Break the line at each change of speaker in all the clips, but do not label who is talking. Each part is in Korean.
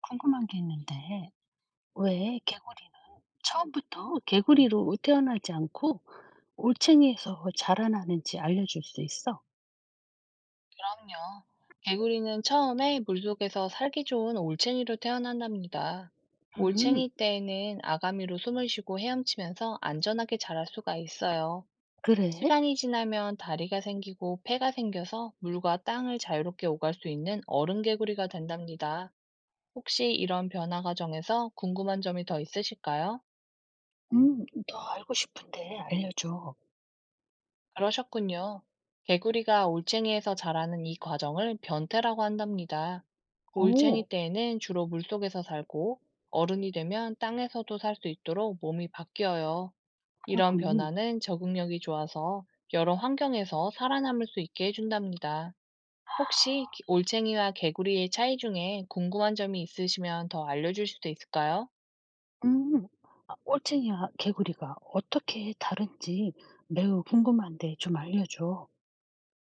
궁금한 게 있는데, 왜 개구리는 처음부터 개구리로 태어나지 않고 올챙이에서 자라나는지 알려줄 수 있어?
그럼요. 개구리는 처음에 물속에서 살기 좋은 올챙이로 태어난답니다.
음,
올챙이 때에는 아가미로 숨을 쉬고 헤엄치면서 안전하게 자랄 수가 있어요.
그래?
시간이 지나면 다리가 생기고 폐가 생겨서 물과 땅을 자유롭게 오갈 수 있는 어른 개구리가 된답니다. 혹시 이런 변화 과정에서 궁금한 점이 더 있으실까요?
더 알고 싶은데 알려줘.
그러셨군요. 개구리가 올챙이에서 자라는 이 과정을 변태라고 한답니다. 올챙이
오,
때에는 주로 물속에서 살고 어른이 되면 땅에서도 살 수 있도록 몸이 바뀌어요. 이런
그렇군.
변화는 적응력이 좋아서 여러 환경에서 살아남을 수 있게 해준답니다. 혹시 올챙이와 개구리의 차이 중에 궁금한 점이 있으시면 더 알려줄 수도 있을까요?
음, 아, 올챙이와 개구리가 어떻게 다른지 매우 궁금한데 좀 알려줘.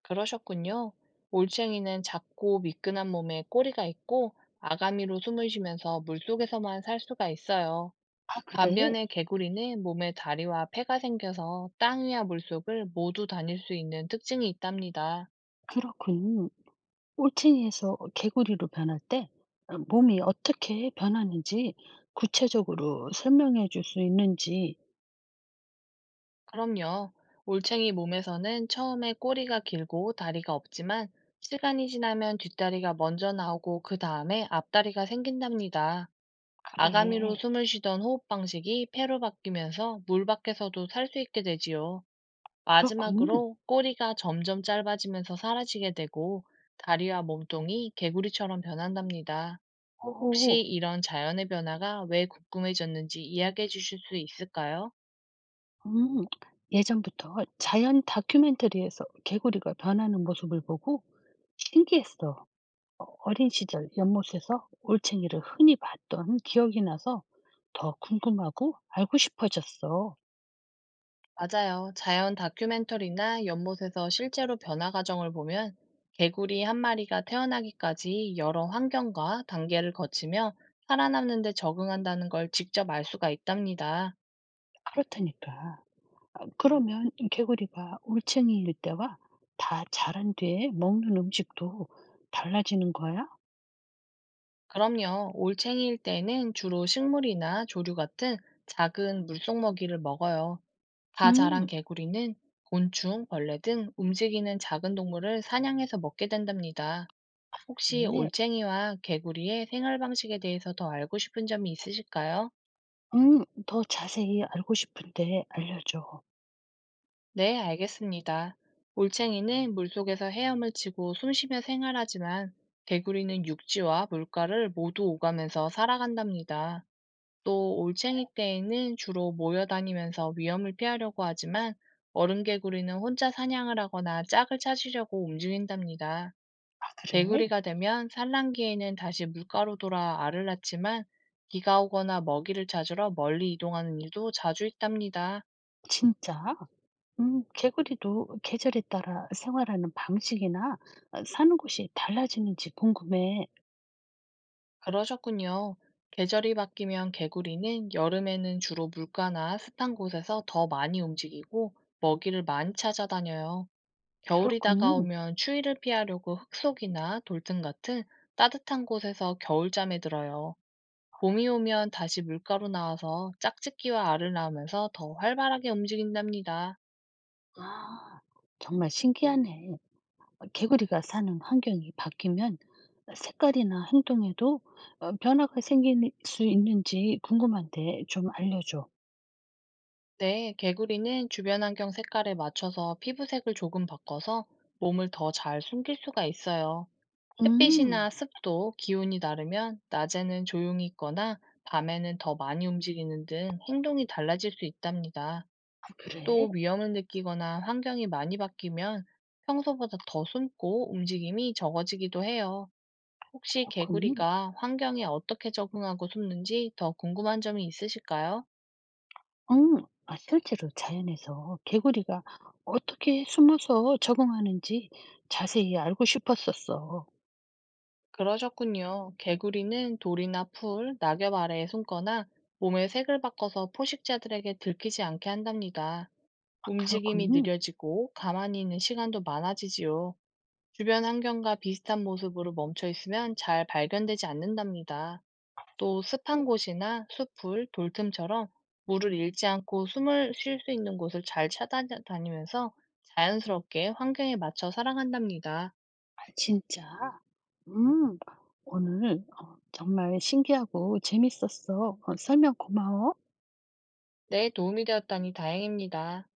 그러셨군요. 올챙이는 작고 미끈한 몸에 꼬리가 있고 아가미로 숨을 쉬면서 물속에서만 살 수가 있어요.
아, 그래?
반면에 개구리는 몸에 다리와 폐가 생겨서 땅 위와 물속을 모두 다닐 수 있는 특징이 있답니다.
그렇군. 올챙이에서 개구리로 변할 때 몸이 어떻게 변하는지 구체적으로 설명해 줄 수 있는지?
그럼요. 올챙이 몸에서는 처음에 꼬리가 길고 다리가 없지만 시간이 지나면 뒷다리가 먼저 나오고 그 다음에 앞다리가 생긴답니다. 아가미로
그래.
숨을 쉬던 호흡 방식이 폐로 바뀌면서 물 밖에서도 살 수 있게 되지요.
그렇군.
마지막으로 꼬리가 점점 짧아지면서 사라지게 되고 다리와 몸통이 개구리처럼 변한답니다. 혹시
오.
이런 자연의 변화가 왜 궁금해졌는지 이야기해 주실 수 있을까요?
음. 예전부터 자연 다큐멘터리에서 개구리가 변하는 모습을 보고 신기했어. 어린 시절 연못에서 올챙이를 흔히 봤던 기억이 나서 더 궁금하고 알고 싶어졌어.
맞아요. 자연 다큐멘터리나 연못에서 실제로 변화 과정을 보면 개구리 한 마리가 태어나기까지 여러 환경과 단계를 거치며 살아남는 데 적응한다는 걸 직접 알 수가 있답니다.
그렇다니까. 그러면 이 개구리가 올챙이일 때와 다 자란 뒤에 먹는 음식도 달라지는 거야?
그럼요. 올챙이일 때는 주로 식물이나 조류 같은 작은 물속 먹이를 먹어요. 다 자란
음,
개구리는 곤충, 벌레 등 움직이는 작은 동물을 사냥해서 먹게 된답니다. 혹시
그래.
올챙이와 개구리의 생활 방식에 대해서 더 알고 싶은 점이 있으실까요?
더 자세히 알고 싶은데 알려줘.
네, 알겠습니다. 올챙이는 물속에서 헤엄을 치고 숨쉬며 생활하지만 개구리는 육지와 물가를 모두 오가면서 살아간답니다. 또 올챙이 떼에는 주로 모여 다니면서 위험을 피하려고 하지만 어른 개구리는 혼자 사냥을 하거나 짝을 찾으려고 움직인답니다.
아, 그래?
개구리가 되면 산란기에는 다시 물가로 돌아 알을 낳지만 비가 오거나 먹이를 찾으러 멀리 이동하는 일도 자주 있답니다.
진짜? 개구리도 계절에 따라 생활하는 방식이나 사는 곳이 달라지는지 궁금해.
그러셨군요. 계절이 바뀌면 개구리는 여름에는 주로 물가나 습한 곳에서 더 많이 움직이고 먹이를 많이 찾아다녀요. 겨울이
그렇군.
다가오면 추위를 피하려고 흙속이나 돌등 같은 따뜻한 곳에서 겨울잠에 들어요. 봄이 오면 다시 물가로 나와서 짝짓기와 알을 낳으면서 더 활발하게 움직인답니다.
아, 정말 신기하네. 개구리가 사는 환경이 바뀌면 색깔이나 행동에도 변화가 생길 수 있는지 궁금한데 좀 알려줘.
네, 개구리는 주변 환경 색깔에 맞춰서 피부색을 조금 바꿔서 몸을 더 잘 숨길 수가 있어요.
음.
햇빛이나 습도, 기온이 다르면 낮에는 조용히 있거나 밤에는 더 많이 움직이는 등 행동이 달라질 수 있답니다.
아
또
그래?
위험을 느끼거나 환경이 많이 바뀌면 평소보다 더 숨고 움직임이 적어지기도 해요. 혹시
그렇군.
개구리가 환경에 어떻게 적응하고 숨는지 더 궁금한 점이 있으실까요?
음. 아 실제로 자연에서 개구리가 어떻게 숨어서 적응하는지 자세히 알고 싶었었어.
그러셨군요. 개구리는 돌이나 풀, 낙엽 아래에 숨거나 몸의 색을 바꿔서 포식자들에게 들키지 않게 한답니다. 움직임이
그렇군.
느려지고 가만히 있는 시간도 많아지지요. 주변 환경과 비슷한 모습으로 멈춰 있으면 잘 발견되지 않는답니다. 또
음.
습한 곳이나 숲풀 돌틈처럼 물을 잃지 않고 숨을 쉴 수 있는 곳을 잘 찾아다니면서 자연스럽게 환경에 맞춰 살아간답니다.
아 진짜? 음. 오늘 정말 신기하고 재밌었어. 설명 고마워.
네, 도움이 되었다니 다행입니다.